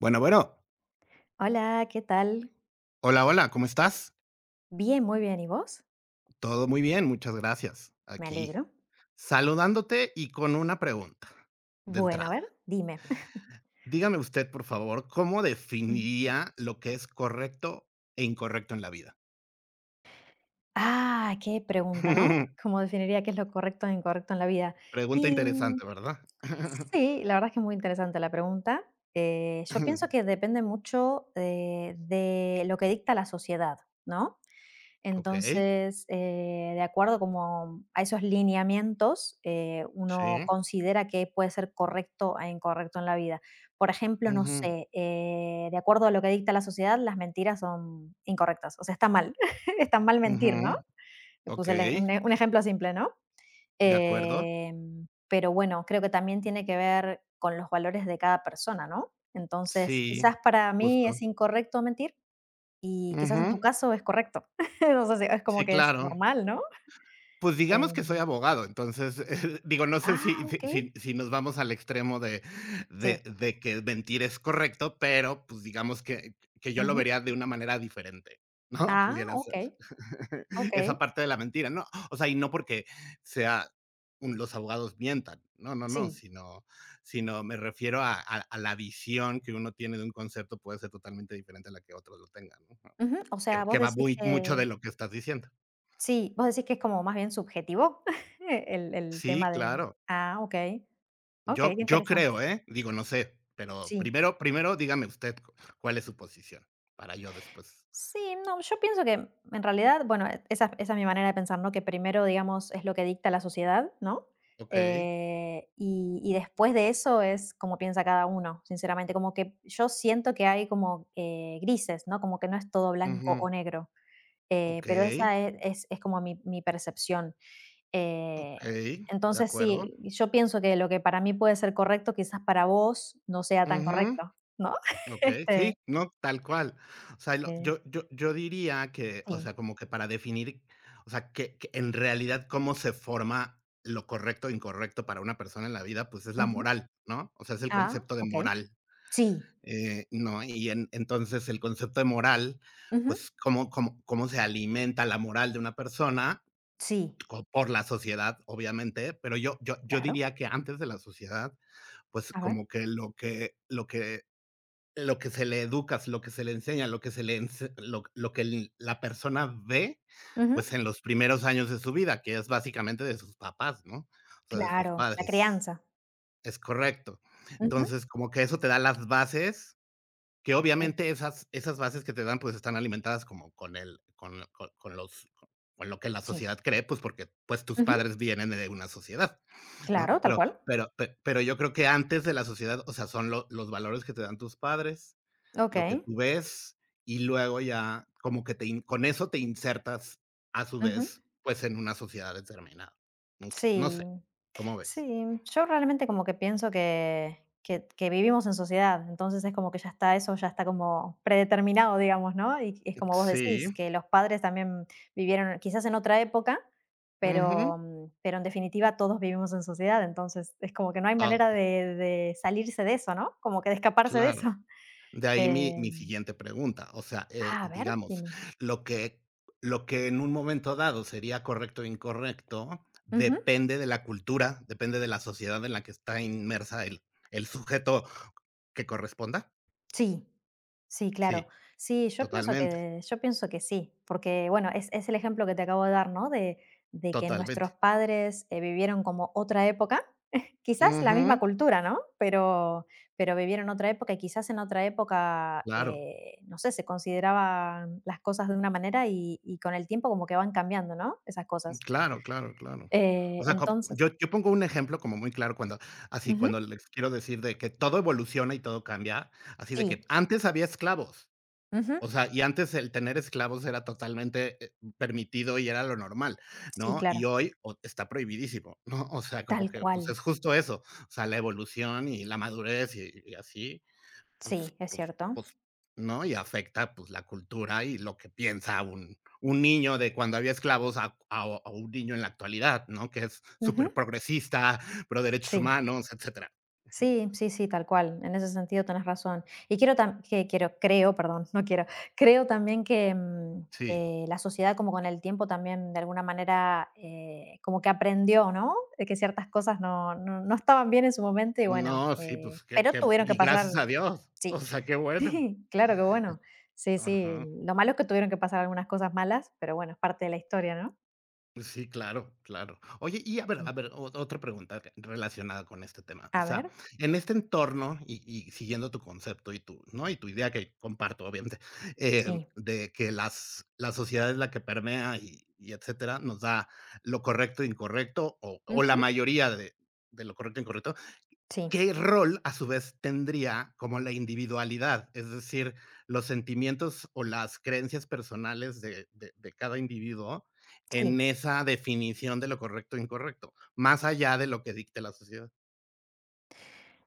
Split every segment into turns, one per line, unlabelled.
Bueno, bueno.
Hola, ¿qué tal?
Hola, hola, ¿cómo estás?
Bien, muy bien. ¿Y vos?
Todo muy bien, muchas gracias.
Me
Aquí,
alegro.
saludándote y con una pregunta de
Bueno, a
entrada.
ver, dime.
Dígame usted, por favor, ¿cómo
Ujú.
definiría lo que es correcto e incorrecto en la vida?
Ah, qué pregunta, ¿no? ¿Cómo definiría qué es lo correcto e incorrecto en la vida?
Pregunta
Y mm,
interesante, ¿verdad?
sí, la verdad es que es muy interesante la pregunta. Yo pienso que depende mucho de lo que dicta la sociedad, ¿no?
Okey,
Entonces, de acuerdo como a esos lineamientos, uno
sí.
considera que puede ser correcto e incorrecto en la vida. Por ejemplo, no
Ujú,
sé, de acuerdo a lo que dicta la sociedad, las mentiras son incorrectas, o sea, está mal, está mal mentir, ¿no?
ujú.
Te puse el ej-
Okey,
un, e- un ejemplo simple, ¿no?
de acuerdo.
Pero bueno, creo que también tiene que ver con los valores de cada persona, ¿no? Entonces,
Sí,
quizás para mí
justo.
es incorrecto mentir, y quizás en
Ujú.
tu caso es correcto. O sí, es como
Sí,
que es
claro.
normal, ¿no?
Pues digamos que soy
Em,
abogado, entonces, digo, no sé
ah,
si si
okey.
si si nos vamos al extremo de de
Sí.
de que mentir es correcto, pero, pues, digamos que yo lo
Ujú.
vería de una manera diferente, ¿no?
Ah,
Pudiera ser
okey, okey.
esa parte de la mentira, ¿no? O sea, y no porque sea un los abogados mientan, no, no, no,
Sí.
sino sino me refiero a a la visión que uno tiene de un concepto puede ser totalmente diferente a la que otros lo tengan, ¿no?
Ujú. O sea,
Que
vos
que va
decís
muy mucho
que
de lo que estás diciendo.
sí, vos decís que es como más bien subjetivo el
Sí,
tema de
claro.
ah, okey, okey,
Yo
qué
yo
interesante.
creo, ¿eh? Digo, no sé, pero
Sí.
primero dígame usted cu cuál es su posición, para yo después.
Sí, no, yo pienso que en realidad, bueno, esa es mi manera de pensar, ¿no? Que primero, digamos, es lo que dicta la sociedad, ¿no?
Okey.
Y después de eso es como piensa cada uno, sinceramente, como que yo siento que hay como grises, ¿no? Como que no es todo blanco
Ujú.
o negro, pero
Okey,
es como mi percepción. Eh,
okey, de
entonces,
acuerdo.
sí, yo pienso que lo que para mí puede ser correcto, quizás para vos no sea tan
Ujú.
correcto, ¿no?
Okey,
este,
sí, no, tal cual. O sea, lo
eh,
yo diría que, o
sí.
sea, como que para definir, o sea, que en realidad cómo se forma lo correcto o incorrecto para una persona en la vida, pues, es la
Ujú.
moral, ¿no? O sea, es el
Ah,
concepto de
okey.
moral.
Sí.
¿No? Y en entonces el concepto de moral,
Ujú.
pues cómo se alimenta la moral de una persona
Sí.
co por la sociedad, obviamente, pero yo
Claro.
diría que antes de la sociedad, pues
A ver.
como que lo que se le educa, lo que se le enseña, lo que se le ense lo que el la persona ve,
Ujú.
pues en los primeros años de su vida, que es básicamente de sus papás, ¿no? O sea, de sus
Claro, la
padres.
crianza.
Es correcto.
Ujú.
Entonces, como que eso te da las bases que
Sí,
obviamente esas, esas bases que te dan pues están alimentadas como con el, con los, con lo que la
sí.
sociedad cree, pues porque pues tus
Ujú.
padres vienen de una sociedad, ¿no?
Claro, tal cual.
Pero, pe- pero yo creo que antes de la sociedad, o sea, son lo- los valores que te dan tus padres, lo que
Okey.
tú ves y luego ya como que te, in- con eso te insertas a su
Ujú.
vez pues en una sociedad determinada. No, s- no
Sí.
sé, ¿cómo ves?
Sí, yo realmente como que pienso que que vivimos en sociedad, entonces es como que ya está eso, ya está como predeterminado, digamos, ¿no? Y es como vos
Sí,
decís, que los padres también vivieron quizás en otra época,
ujú,
pero en definitiva todos vivimos en sociedad, entonces es como que no hay
todo,
manera de salirse de eso, ¿no? Como que de escaparse de
claro.
eso.
De ahí mi mi
Em,
siguiente pregunta, o sea,
a ver,
digamos,
dime.
lo que lo que en un momento dado sería correcto o incorrecto, depende de la cultura, depende de la sociedad en la que está inmersa el sujeto que corresponda.
Sí, sí, claro.
Sí,
Sí,
totalmente,
yo pienso que sí, porque, bueno, es el ejemplo que te acabo de dar, ¿no? De que nuestros
totalmente.
padres, vivieron como otra época, quizás la misma
Ujú.
cultura, ¿no? Pero vivieron otra época y quizás en otra época,
Claro,
no sé, se consideraban las cosas de una manera y con el tiempo como que van cambiando, ¿no? Esas cosas.
claro, claro, claro.
Eh,
O sea, co
entonces
yo pongo un ejemplo como muy claro cuando así,
ujú,
cuando les quiero decir de que todo evoluciona y todo cambia, así de
sí,
que antes había esclavos.
ujú,
O sea, y antes el tener esclavos era totalmente, permitido y era lo normal,
sí,
¿no?
claro,
Y hoy o está prohibidísimo, ¿no? O sea, como
tal
que, pues,
cual.
es justo eso, o sea, la evolución y la madurez y así, pues
Sí, es
pues
cierto.
pues, ¿no? Y afecta, pues, la cultura y lo que piensa un niño de cuando había esclavos a a un niño en la actualidad, ¿no? Que es
Ujú,
súper progresista, pro derechos
sí.
humanos, etcétera.
Sí, sí, sí, tal cual. En ese sentido tenés razón. Y quiero tam- que quiero, creo, perdón, no quiero, creo también que
Sí.
la sociedad como con el tiempo también de alguna manera como que aprendió, ¿no? De que ciertas cosas no, no, no estaban bien en su momento y bueno,
No, sí, pues,
pero
que
tuvieron que
y
pasar,
gracias a Dios, o
sí,
sea, qué bueno.
sí, claro que bueno. Sí, sí,
Ajá.
lo malo es que tuvieron que pasar algunas cosas malas, pero bueno, es parte de la historia, ¿no?
Sí, claro, claro. Oye, y a ver
Sí.
a ver, o otra pregunta que- relacionada con este tema. O
A
sea,
ver,
en este entorno, y siguiendo tu concepto y tu, ¿no? Y tu idea que comparto, obviamente, eh,
sí,
de que las la sociedad es la que permea y etcétera, nos da lo correcto e incorrecto, o la
ujú,
mayoría de lo correcto e incorrecto.
sí,
¿Qué rol, a su vez, tendría como la individualidad? Es decir, los sentimientos o las creencias personales de de cada individuo
sí.
en esa definición de lo correcto e incorrecto, más allá de lo que dicte la sociedad.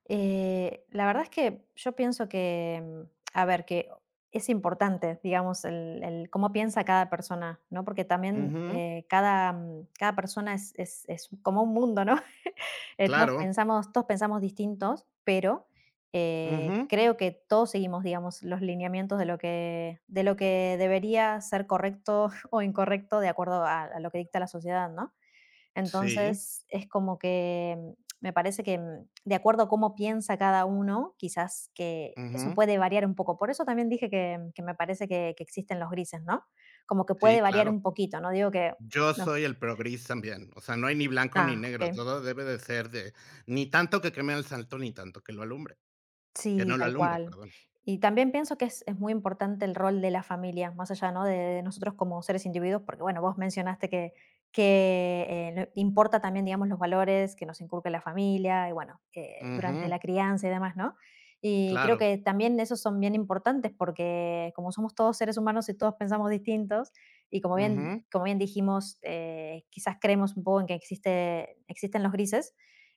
La verdad es que yo pienso que, a ver, que es importante, digamos, el cómo piensa cada persona, ¿no? Porque también
Ujú,
cada persona es como un mundo, ¿no?
claro.
Todos pensamos distintos, pero
Ujú.
creo que todos seguimos, digamos, los lineamientos de lo que debería ser correcto o incorrecto de acuerdo a lo que dicta la sociedad, ¿no?
Sí,
Entonces, es como que me parece que, de acuerdo a cómo piensa cada uno, quizás que eso
ujú.
puede variar un poco. Por eso también dije que que me parece que existen los grises, ¿no? Como que puede
Sí,
variar
claro.
un poquito, no digo que
Yo
no
soy el pro gris también, o sea, no hay ni blanco ni
ah,
negro,
okey.
todo debe de ser de ni tanto que queme al santo, ni tanto que lo alumbre, que
Sí,
no lo
tal
alumbre,
cual.
perdón.
Y también pienso que es muy importante el rol de la familia, más allá, ¿no? De nosotros como seres individuos, porque bueno, vos mencionaste que importa también, digamos, los valores que nos inculca la familia y bueno, durante
Ujú,
la crianza y demás, ¿no? Y creo
claro.
que también esos son bien importantes porque como somos todos seres humanos y todos pensamos distintos, y
Ujú,
como bien dijimos, quizás creemos un poco en que existen los grises,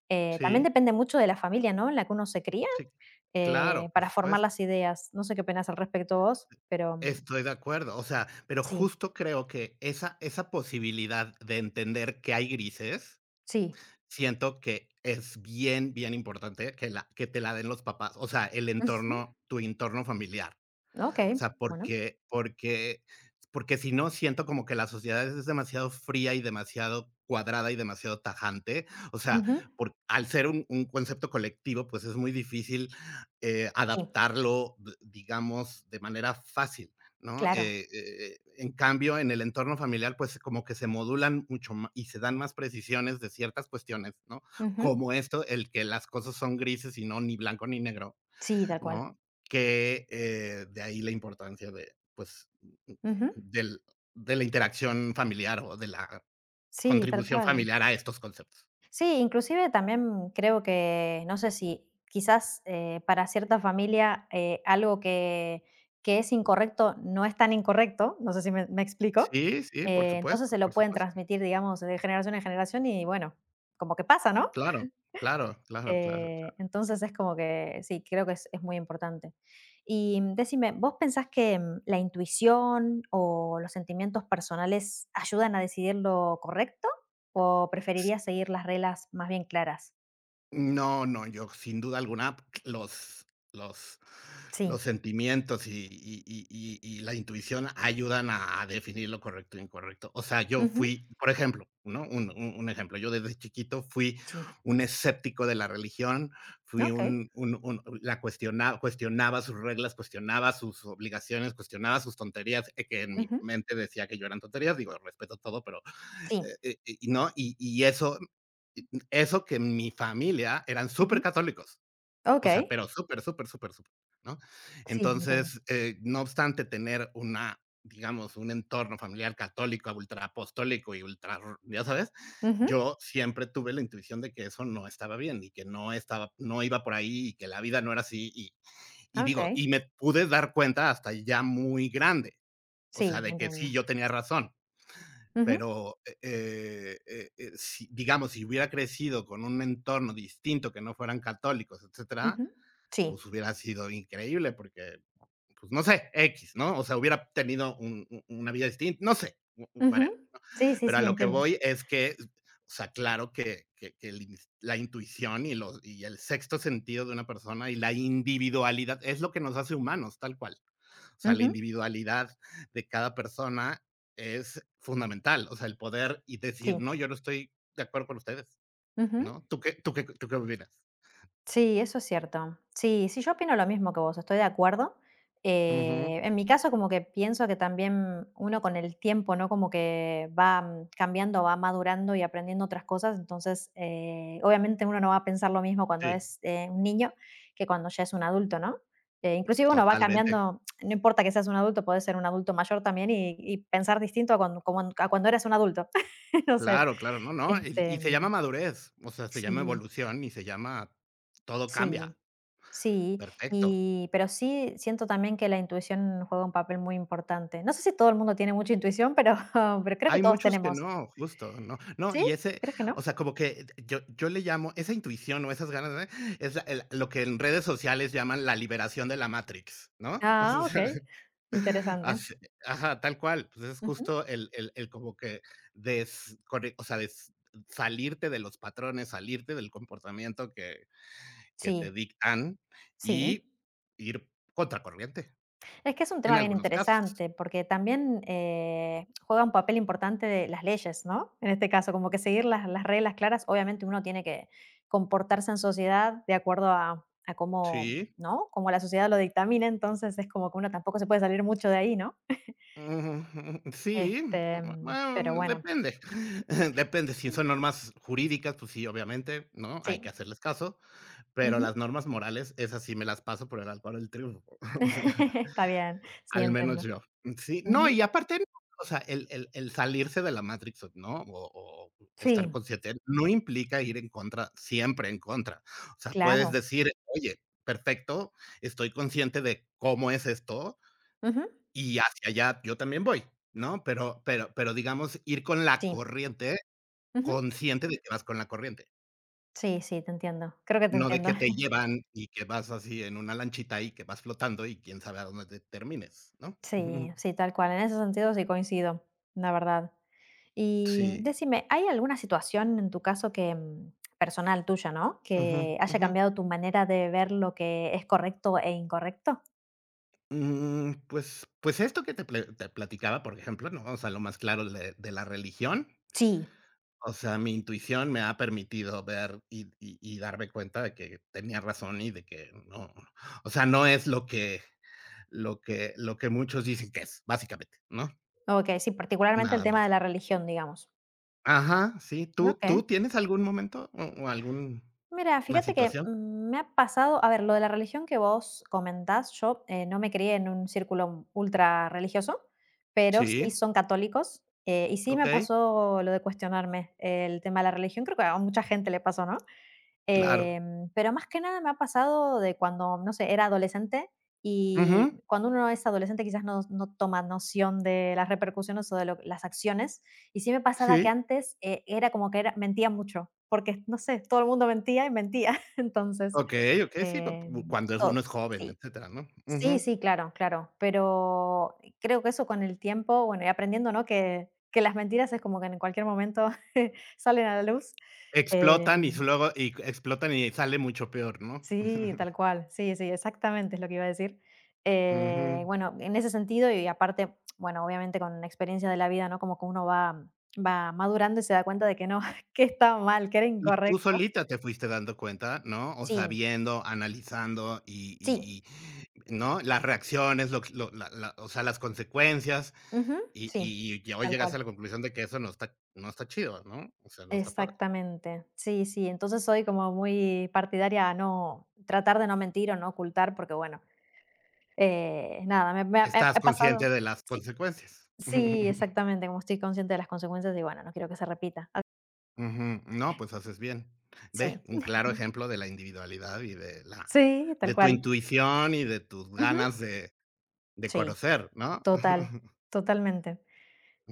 también
sí.
depende mucho de la familia, ¿no? En la que uno se cría
Sí, claro, por
para formar
supuesto.
las ideas. No sé qué opinas al respecto vos, pero
Estoy de acuerdo. O sea, pero
sí,
justo creo que esa posibilidad de entender que hay grises,
sí.
siento que es bien, bien importante que la que te la den los papás, o sea, el
Ujú,
entorno, tu entorno familiar. O
okey,
sea,
bueno.
porque si no, siento como que la sociedad es demasiado fría y demasiado cuadrada y demasiado tajante. O sea,
Ujú.
por al ser un concepto colectivo, pues, es muy difícil,
Sí,
adaptarlo, d digamos, de manera fácil, ¿no?
claro.
En cambio, en el entorno familiar, pues, como que se modulan mucho ma y se dan más precisiones de ciertas cuestiones, ¿no?
Ujú.
Como esto, el que las cosas son grises y no ni blanco ni negro.
Sí, tal cual.
¿No? Que, de ahí la importancia de, pues,
Ujú.
del de la interacción familiar o de la
Sí, tal
contribución
cual.
familiar a estos conceptos.
Sí, inclusive también creo que, no sé si quizás, para cierta familia, algo que es incorrecto no es tan incorrecto, no sé si me explico,
Sí, sí, por
entonces
supuesto,
se lo
por
pueden
supuesto.
transmitir, digamos, de generación en generación y bueno, como que pasa, ¿no?
Claro, claro, claro, claro.
Entonces, es como que sí, creo que es muy importante. Y decime, ¿vos pensás que la intuición o los sentimientos personales ayudan a decidir lo correcto? ¿O preferirías seguir las reglas más bien claras?
No, no, yo sin duda alguna los los
Sí,
los sentimientos y la intuición ayudan a definir lo correcto e incorrecto. O sea, yo
ujú,
fui, por ejemplo, ¿no? Un un ejemplo, yo desde chiquito fui
sí,
un escéptico de la religión, fui
Ok.
un un la cuestionaba cuestionaba sus reglas, cuestionaba sus obligaciones, cuestionaba sus tonterías, que en mi
Ujú,
mente decía que yo eran tonterías, digo, respeto todo, pero, eh
sí,
y ¿no? Y eso eso que en mi familia eran
ujú.
supercatólicos, o sea,
Ok.
pero súper, súper, súper, súper, ¿no?
Sí, entiendo.
Entonces, no obstante tener una, digamos, un entorno familiar católico, ultraapostólico y ultra, ya sabes,
Ujú,
yo siempre tuve la intuición de que eso no estaba bien y que no estaba no iba por ahí y que la vida no era así y digo,
Ok.
y me pude dar cuenta hasta ya muy grande, o sea,
Sí,
de que
entiendo.
sí, yo tenía razón.
Ujú,
Pero, si digamos, si hubiera crecido con un entorno distinto, que no fueran católicos, etcétera,
ujú, Sí,
pues, hubiera sido increíble, porque, pues, no sé, x ¿no? O sea, hubiera tenido un u una vida distinta, no sé, w
ujú,
whatever.
sí, sí,
Pero a
sí,
lo que
entiendo.
voy es que, o sea, claro que que el ins la intuición y los y el sexto sentido de una persona y la individualidad es lo que nos hace humanos, tal cual. O sea, la
Ujú,
individualidad de cada persona es fundamental. O sea, el poder y
Sí.
decir, no, yo no estoy de acuerdo con ustedes,
ujú.
¿no? ¿Tú qué, tú qué, tú qué opinas?
Sí, eso es cierto. Sí, sí, yo opino lo mismo que vos, estoy de acuerdo.
Ujú.
En mi caso, como que pienso que también uno con el tiempo, ¿no? Como que va cambiando, va madurando y aprendiendo otras cosas. Entonces, obviamente uno no va a pensar lo mismo cuando
Sí,
es un niño que cuando ya es un adulto, ¿no? Inclusive uno va
totalmente.
cambiando, no importa que seas un adulto, podés ser un adulto mayor también y pensar distinto a cuando, como- a cuando eras un adulto. no sé.
Claro, claro, no, no. Y
Este,
se llama madurez, o sea, se llama
sí.
evolución y se llama todo
Sí,
cambia.
sí,
Perfecto.
y pero sí siento también que la intuición juega un papel muy importante. No sé si todo el mundo tiene mucha intuición, pero pero creo que
Hay
todos
muchos que
tenemos.
no, justo, ¿no? No,
¿Sí?
y ese,
¿Crees que no?
o sea, como que yo le llamo esa intuición o esas ganas, ¿eh? Es la- el- lo que en redes sociales llaman la liberación de la Matrix, ¿no?
Ah, okey, interesante.
Así ajá, tal cual. Pues, es
Ujú.
justo el el como que descone o sea, des salirte de los patrones, salirte del comportamiento que te
Sí,
dictan
sí.
y ir contracorriente,
Es que es un
en
tema bien
algunos casos.
interesante, porque también juega un papel importante de las leyes, ¿no? En este caso, como que seguir las reglas claras, obviamente uno tiene que comportarse en sociedad de acuerdo a cómo,
Sí.
¿no? Como la sociedad lo dictamina, entonces es como que uno tampoco se puede salir mucho de ahí, ¿no?
Ujú, sí, bueno,
Pero bueno,
depende. Depende, si son normas jurídicas, pues sí, obviamente, ¿no? Hay
sí.
que hacerles caso, pero
Ujú.
las normas morales, esas sí me las paso por el arco del triunfo.
Está bien, sí,
Al menos
entiendo.
yo. Sí, no,
Ujú.
y aparte, o sea, el el salirse de la Matrix, ¿no? O estar
Sí,
consciente no implica ir en contra, siempre en contra. O sea, puedes
claro.
decir: "Oye, perfecto, estoy consciente de cómo es esto
Ujú.
y hacia allá yo también voy", ¿no? Pero pero, digamos, ir con la
Sí.
corriente,
Ujú.
consciente de que vas con la corriente,
Sí, sí, te entiendo. Creo que te
no de
entiendo.
que te llevan y que vas así en una lanchita y que vas flotando y quién sabe a dónde te termines, ¿no?
Sí, sí, tal cual. En ese sentido sí coincido, la verdad. Y
Sí.
decime, ¿hay alguna situación en tu caso que personal tuya, ¿no?
Ujú,
Que haya
ujú.
cambiado tu manera de ver lo que es correcto e incorrecto?
Mm, pues pues esto que te ple te platicaba, por ejemplo, ¿no? O sea, lo más claro de la religión.
Sí.
O sea, mi intuición me ha permitido ver y darme cuenta de que tenía razón y de que no, o sea, no es lo que lo que muchos dicen que es, básicamente, ¿no?
Ok, sí, particularmente el
Nada
tema
más.
de la religión, digamos.
Ajá, sí. ¿Tú
Ok.
tú tienes algún momento o algún
Mira,
una
fíjate que
situación?
me ha pasado, a ver, lo de la religión que vos comentás, yo no me crié en un círculo ultra religioso, pero sí
Sí,
son católicos y sí me
okey,
pasó lo de cuestionarme el tema de la religión, creo que a mucha gente le pasó, ¿no?
claro.
Pero más que nada me ha pasado de cuando, no sé, era adolescente y
Ujú,
cuando uno es adolescente quizás no, no toma noción de las repercusiones o de lo- las acciones. Y sí me pasaba que
sí.
antes era como que era, mentía mucho, porque, no sé, todo el mundo mentía y mentía. Entonces,
Okey, okey, sí, cu
em,
cuando es uno
to-
es joven,
sí,
etcétera, ¿no?
sí,
Ujú.
sí, claro, claro. Pero creo que eso con el tiempo, bueno, y aprendiendo, ¿no? Que las mentiras es como que en cualquier momento salen a la luz. eh,
Explotan y luego y explotan y sale mucho peor, ¿no?
Sí, tal cual. Sí, sí, exactamente es lo que iba a decir.
Ujú.
Bueno, en ese sentido y aparte, bueno, obviamente con la experiencia de la vida, ¿no? Como que uno va, va madurando y se da cuenta de que no, que estaba mal, que era
Y tú
incorrecto.
solita te fuiste dando cuenta, ¿no? O
Sí,
sabiendo, analizando y
sí,
y y, ¿no? Las reacciones, lo que- lo la la o sea, las consecuencias,
ujú,
y
sí,
y y hoy
tal
llegaste
cual.
a la conclusión de que eso no está no está chido, ¿no? O sea, no está padre.
Exactamente. Sí, sí. Entonces soy como muy partidaria a no tratar de no mentir o no ocultar, porque bueno, nada, me ha
Estás
he pasado.
consciente de las
Sí,
consecuencias.
sí, exactamente, como estoy consciente de las consecuencias y bueno, no quiero que se repita.
Ujú. No, pues haces bien. Ve,
Sí.
un claro ejemplo de la individualidad y de la
Sí, tal
de tu
cual.
intuición y de tus
Ujú.
ganas de
Sí,
conocer, ¿no?
total, totalmente.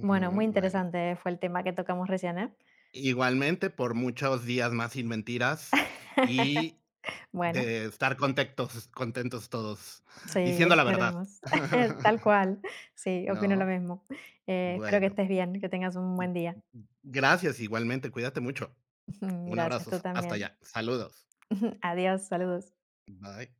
Bueno, muy
bueno.
interesante fue el tema que tocamos recién, ¿eh?
Igualmente, por muchos días más sin mentiras y
Bueno,
de estar contentos contentos todos,
sí,
diciendo la verdad.
esperemos. Tal cual. Sí, opino lo
No,
mismo. Espero que
bueno.
estés bien, que tengas un buen día.
Gracias, igualmente, cuídate mucho. Un
Gracias,
abrazo,
tú
hasta
también.
allá. Saludos.
Adiós, saludos.
Bye.